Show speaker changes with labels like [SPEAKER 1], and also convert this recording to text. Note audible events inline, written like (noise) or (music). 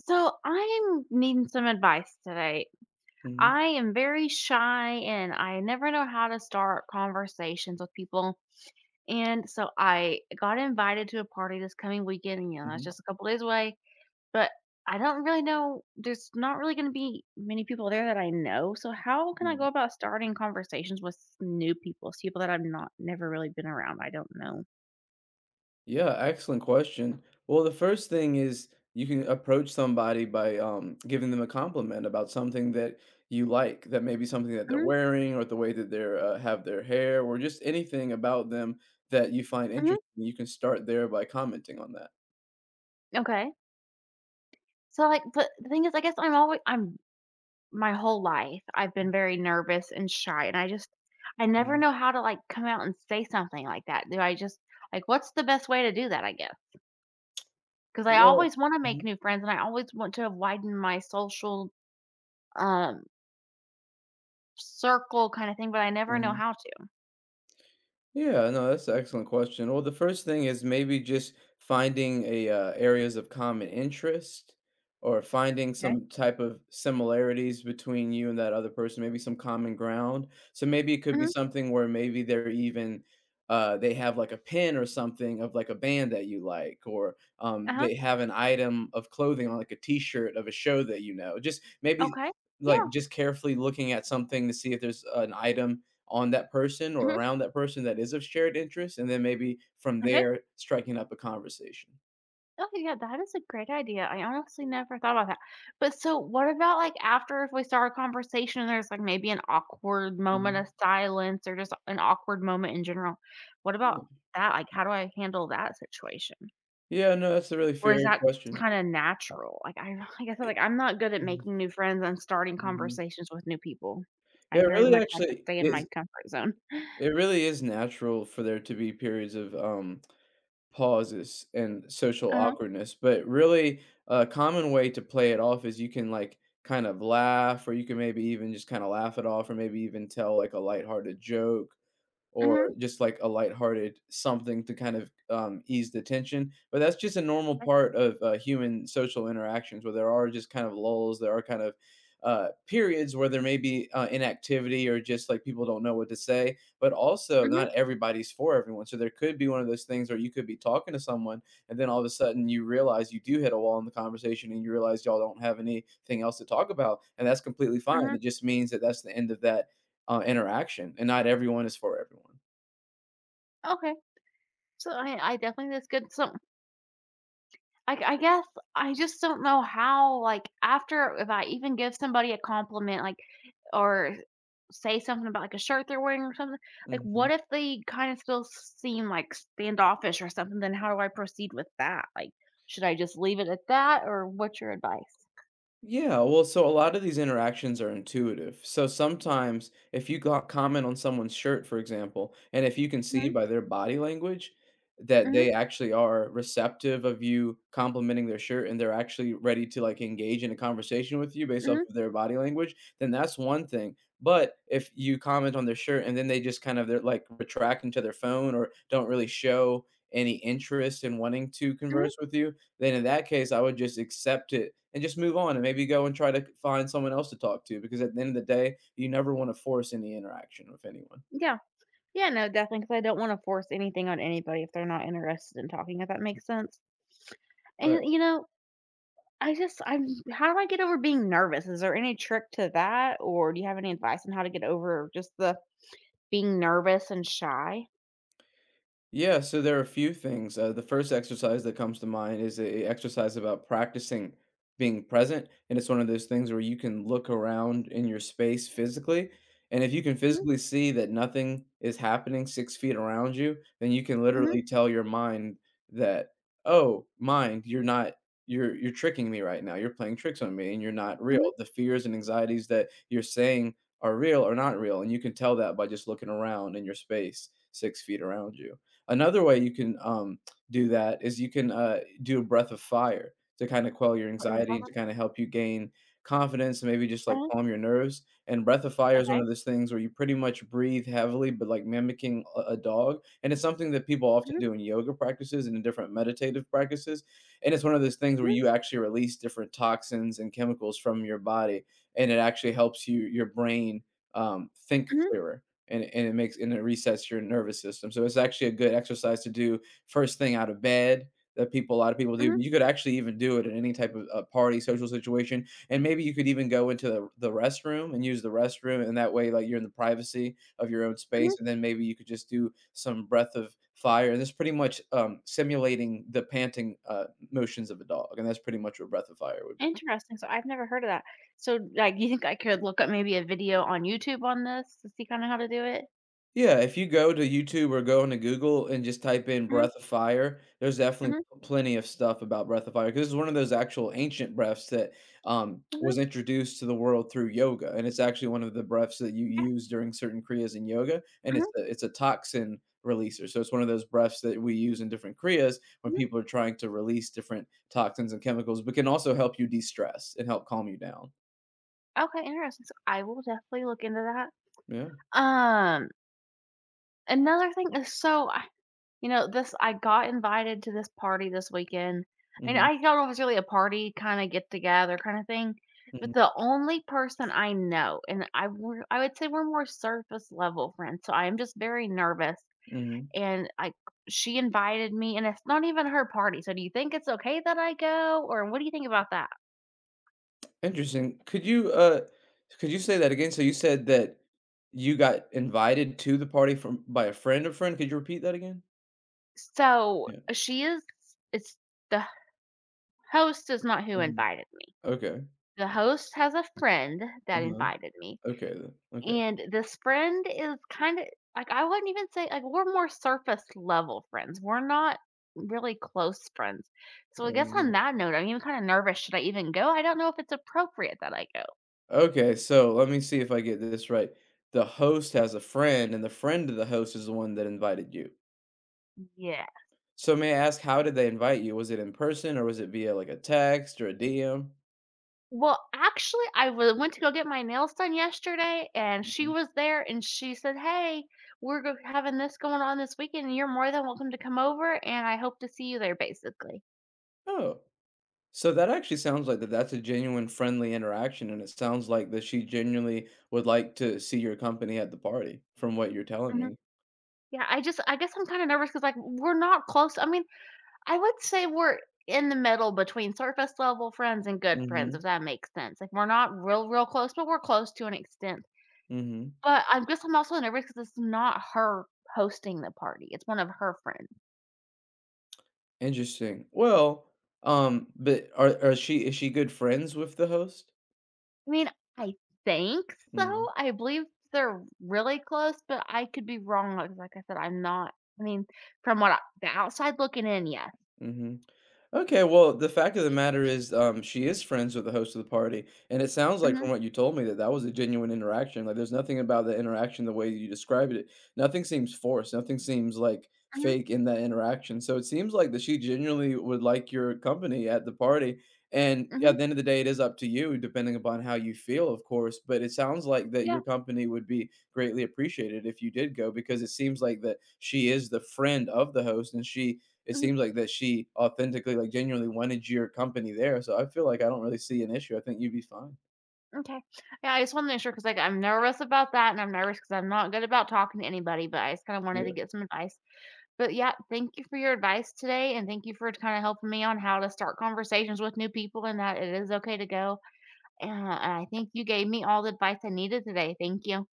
[SPEAKER 1] So I'm needing some advice today.
[SPEAKER 2] Mhm,
[SPEAKER 1] I am very shy and I never know how to start conversations with people. And so I got invited to a party this coming weekend, and, you know, that's
[SPEAKER 2] mhm,
[SPEAKER 1] just a couple days away. But I don't really know, there's not really going to be many people there that I know. So how can I go
[SPEAKER 2] mm.
[SPEAKER 1] about starting conversations with new people, people that I've not never really been around? I don't know.
[SPEAKER 2] Yeah, excellent question. Well, the first thing is you can approach somebody by giving them a compliment about something that you like, that may be something that they're
[SPEAKER 1] Hmm.
[SPEAKER 2] wearing or the way that they're have their hair or just anything about them that you find interesting.
[SPEAKER 1] Hmm.
[SPEAKER 2] You can start there by commenting on that.
[SPEAKER 1] Okay. So like, but the thing is, I guess I'm always I'm my whole life, I've been very nervous and shy, and I never
[SPEAKER 2] Mhm.
[SPEAKER 1] know how to, like, come out and say something like that. Do I just, like, what's the best way to do that, I guess, because I
[SPEAKER 2] Well,
[SPEAKER 1] always wanna make
[SPEAKER 2] mhm,
[SPEAKER 1] new friends, and I always want to widen my social, um, circle kinda thing, but I never know
[SPEAKER 2] mhm.
[SPEAKER 1] how to.
[SPEAKER 2] Yeah, no, that's an excellent question. Well, the first thing is maybe just finding a areas of common interest or finding
[SPEAKER 1] Okay.
[SPEAKER 2] some type of similarities between you and that other person, maybe some common ground. So maybe it could be
[SPEAKER 1] Mhm.
[SPEAKER 2] something where maybe they're even they have like a pin or something of like a band that you like, or
[SPEAKER 1] Uh-huh.
[SPEAKER 2] they have an item of clothing on like a T-shirt of a show that you know. Just maybe
[SPEAKER 1] Okay.
[SPEAKER 2] like
[SPEAKER 1] Yeah.
[SPEAKER 2] just carefully looking at something to see if there's an item on that person or
[SPEAKER 1] Mhm.
[SPEAKER 2] around that person that is of shared interest, and then maybe from
[SPEAKER 1] Okay.
[SPEAKER 2] there striking up a conversation.
[SPEAKER 1] Okay, yeah, that is a great idea. I honestly never thought about that. But so what about like after if we start a conversation and there's like maybe an awkward moment of
[SPEAKER 2] Mhm.
[SPEAKER 1] silence or just an awkward moment in general? What about
[SPEAKER 2] Yeah.
[SPEAKER 1] that? Like how do I handle that situation?
[SPEAKER 2] Yeah, no, that's a really
[SPEAKER 1] Or is
[SPEAKER 2] fair
[SPEAKER 1] that
[SPEAKER 2] question.
[SPEAKER 1] kind of natural? Like I (laughs) like I said,
[SPEAKER 2] It
[SPEAKER 1] like I'm not good at
[SPEAKER 2] mhm,
[SPEAKER 1] making new friends and starting
[SPEAKER 2] mhm.
[SPEAKER 1] conversations with new people.
[SPEAKER 2] Yeah,
[SPEAKER 1] I'm
[SPEAKER 2] it
[SPEAKER 1] very
[SPEAKER 2] really
[SPEAKER 1] much like to
[SPEAKER 2] actually
[SPEAKER 1] stay in my
[SPEAKER 2] is
[SPEAKER 1] comfort zone.
[SPEAKER 2] it really is natural for there to be periods of, pauses and social
[SPEAKER 1] Uh-huh.
[SPEAKER 2] awkwardness, but really a common way to play it off is you can, like, kind of laugh or you can maybe even just kinda laugh it off or maybe even tell, like, a lighthearted joke or
[SPEAKER 1] Mm-hmm.
[SPEAKER 2] just like a lighthearted something to kind of ease the tension. But that's just a normal
[SPEAKER 1] Like,
[SPEAKER 2] part of human social interactions where there are just kind of lulls, there are kind of periods where there may be inactivity or just like people don't know what to say. But also,
[SPEAKER 1] mm-hmm.
[SPEAKER 2] not everybody's for everyone. So there could be one of those things where you could be talking to someone and then all of a sudden you realize you do hit a wall in the conversation and you realize y'all don't have anything else to talk about. And that's completely fine.
[SPEAKER 1] Mm-hmm.
[SPEAKER 2] It just means that that's the end of that interaction, and not everyone is for
[SPEAKER 1] Okay. So I definitely that's good. So I guess I just don't know how, like, after if I even give somebody a compliment, like, or say something about, like, a shirt they're wearing or something, like, what
[SPEAKER 2] everyone.
[SPEAKER 1] if they kinda still seem, like, standoffish or something, then how do I proceed with that? Like, should I just leave it at that, or what's your advice?
[SPEAKER 2] Yeah, well, so a lot of these interactions are intuitive. So sometimes, if you got comment on someone's shirt, for example, and if you can see
[SPEAKER 1] Mhm,
[SPEAKER 2] by their body language that
[SPEAKER 1] mhm,
[SPEAKER 2] they actually are receptive of you complimenting their shirt and they're actually ready to like engage in a conversation with you based off
[SPEAKER 1] mhm,
[SPEAKER 2] of their body language, then that's one thing. But if you comment on their shirt and then they just kind of they're like retract into their phone or don't really show any interest in wanting to
[SPEAKER 1] mhm,
[SPEAKER 2] converse with you, then in that case, I would just accept it and just move on and maybe go and try to find someone else to talk to because at the end of the day, you never want to force any interaction with anyone.
[SPEAKER 1] yeah. Yeah, no, definitely. Because I don't wanna force anything on anybody if they're not interested in talking, if that makes sense. And,
[SPEAKER 2] Right.
[SPEAKER 1] you know I just I'm how do I get over being nervous? Is there any trick to that, or do you have any advice on how to get over just the being nervous and shy?
[SPEAKER 2] Yeah, so there are a few things. The first exercise that comes to mind is a exercise about practicing being present, and it's one of those things where you can look around in your space physically, and if you can
[SPEAKER 1] Mhm,
[SPEAKER 2] physically see that nothing is happening six feet around you, then you can
[SPEAKER 1] mhm,
[SPEAKER 2] literally tell your mind that, "Oh, mind, you're not." You're tricking me right now. You're playing tricks on me and you're not real.
[SPEAKER 1] mhm.
[SPEAKER 2] The fears and anxieties that you're saying are real are not real. And you can tell that by just looking around in your space six feet around you. Another way you can do that is you can do a breath of fire to kind of quell your
[SPEAKER 1] What is
[SPEAKER 2] anxiety and
[SPEAKER 1] that?
[SPEAKER 2] to kind of help you gain confidence and maybe just like
[SPEAKER 1] Uh-huh,
[SPEAKER 2] calm your nerves. And breath of fire is one
[SPEAKER 1] okay.
[SPEAKER 2] of those things where you pretty much breathe heavily, but like mimicking a dog. And it's something that people often
[SPEAKER 1] Mhm,
[SPEAKER 2] do in yoga practices and in different meditative practices. And it's one of those things where
[SPEAKER 1] mhm,
[SPEAKER 2] you actually release different toxins and chemicals from your body, and it actually helps you your brain think
[SPEAKER 1] mhm,
[SPEAKER 2] clearer and it makes and it resets your nervous system. So it's actually a good exercise to do first thing out of bed that people a lot of people do.
[SPEAKER 1] mhm,
[SPEAKER 2] You could actually even do it in any type of party, social situation, and maybe you could even go into the restroom and use the restroom, and that way, like you're in the privacy of your own
[SPEAKER 1] mhm.
[SPEAKER 2] space, and then maybe you could just do some breath of fire, and that's pretty much simulating the panting motions of a dog, and that's pretty much what breath of fire would be.
[SPEAKER 1] Interesting, so I've never heard of that. So, like, you think I could look up maybe a video on YouTube on this to see kinda how to do it?
[SPEAKER 2] Yeah, if you go to YouTube or go into Google and just type in
[SPEAKER 1] Mhm,
[SPEAKER 2] "Breath of Fire," there's definitely
[SPEAKER 1] mhm,
[SPEAKER 2] plenty of stuff about Breath of fire because it's one of those actual ancient breaths that,
[SPEAKER 1] mhm,
[SPEAKER 2] was introduced to the world through yoga, and it's actually one of the breaths that you
[SPEAKER 1] okay,
[SPEAKER 2] use during certain kriyas in yoga, and it's
[SPEAKER 1] mhm,
[SPEAKER 2] a it's a toxin releaser, so it's one of those breaths that we use in different kriyas when
[SPEAKER 1] mhm.
[SPEAKER 2] people are trying to release different toxins and chemicals, but can also help you de-stress and help calm you down.
[SPEAKER 1] Okay, interesting, so I will definitely look into that.
[SPEAKER 2] Yeah.
[SPEAKER 1] Um, Another thing is, so, you know, this, I got invited to this party this weekend, and
[SPEAKER 2] Mhm.
[SPEAKER 1] I don't know if it's really a party, kinda get-together kinda thing, but
[SPEAKER 2] Mhm.
[SPEAKER 1] the only person I know, and I we I would say we're more surface level friends, so I am just very nervous,
[SPEAKER 2] Mhm.
[SPEAKER 1] and I she invited me, and it's not even her party, so do you think it's okay that I go, or what do you think about that?
[SPEAKER 2] Interesting. Could you say that again? So you said that you got invited to the party from by a friend of friend? Could you repeat that again?
[SPEAKER 1] So,
[SPEAKER 2] Yeah.
[SPEAKER 1] she is, it's, the host is not who
[SPEAKER 2] Mhm.
[SPEAKER 1] invited me.
[SPEAKER 2] Okay.
[SPEAKER 1] The host has a friend that
[SPEAKER 2] Uh-huh.
[SPEAKER 1] invited me.
[SPEAKER 2] Okay then. Okay.
[SPEAKER 1] And this friend is kinda like, I wouldn't even say, like, we're more surface level friends. We're not really close friends. So I guess on
[SPEAKER 2] Um,
[SPEAKER 1] that note, I'm even kinda nervous. Should I even go? I don't know if it's appropriate that I go.
[SPEAKER 2] okay. So let me see if I get this right. The host has a friend, and the friend of the host is the one that invited you.
[SPEAKER 1] Yeah.
[SPEAKER 2] So may I ask, how did they invite you? Was it in person, or was it via like a text or a DM?
[SPEAKER 1] Well, actually, I w went to go get my nails done yesterday, and she
[SPEAKER 2] Mhm.
[SPEAKER 1] was there, and she said, "Hey, we're go having this going on this weekend, and you're more than welcome to come over, and I hope to see you there," basically.
[SPEAKER 2] Oh. So that actually sounds like that that's a genuine friendly interaction, and it sounds like that she genuinely would like to see your company at the party from what you're telling
[SPEAKER 1] Mhm.
[SPEAKER 2] me.
[SPEAKER 1] Yeah, I guess I'm kinda nervous because like, we're not close. I mean, I would say we're in the middle between surface level friends and good friends,
[SPEAKER 2] Mhm,
[SPEAKER 1] if that makes sense. Like we're not real, real close, but we're close to an extent.
[SPEAKER 2] mhm.
[SPEAKER 1] But I guess I'm also nervous because it's not her hosting the party. It's one of her friends.
[SPEAKER 2] Interesting. Well, but are she is she good friends with the host?
[SPEAKER 1] I mean, I think so.
[SPEAKER 2] Mhm.
[SPEAKER 1] I believe they're really close, but I could be wrong. Like I said, I'm not. I mean, from what I, the outside looking in, yes.
[SPEAKER 2] Mhm. Okay, well, the fact of the matter is, she is friends with the host of the party, and it sounds like
[SPEAKER 1] Mm-hmm,
[SPEAKER 2] from what you told me that that was a genuine interaction, like, there's nothing about the interaction the way you described it. Nothing seems forced, nothing seems, like,
[SPEAKER 1] mm-hmm,
[SPEAKER 2] fake in that interaction, so it seems like that she genuinely would like your company at the party, and yeah,
[SPEAKER 1] mm-hmm,
[SPEAKER 2] at the end of the day, it is up to you depending upon how you feel, of course, but it sounds like that your
[SPEAKER 1] yeah.
[SPEAKER 2] company would be greatly appreciated if you did go because it seems like that she is the friend of the host, and she it
[SPEAKER 1] Mhm.
[SPEAKER 2] seems like that she authentically, like, genuinely wanted your company there, so I feel like I don't really see an issue. I think you'd be fine.
[SPEAKER 1] Okay. Yeah, I just wanna make sure because, like, I'm nervous about that, and I'm nervous because 'cause I'm not good about talking to anybody, but I just kinda wanted to get some advice. But, yeah, thank you for your advice today, and thank you for kinda helping me on how to start conversations with new people and that it is okay to go. And I think you gave me all the advice I needed today. Thank you.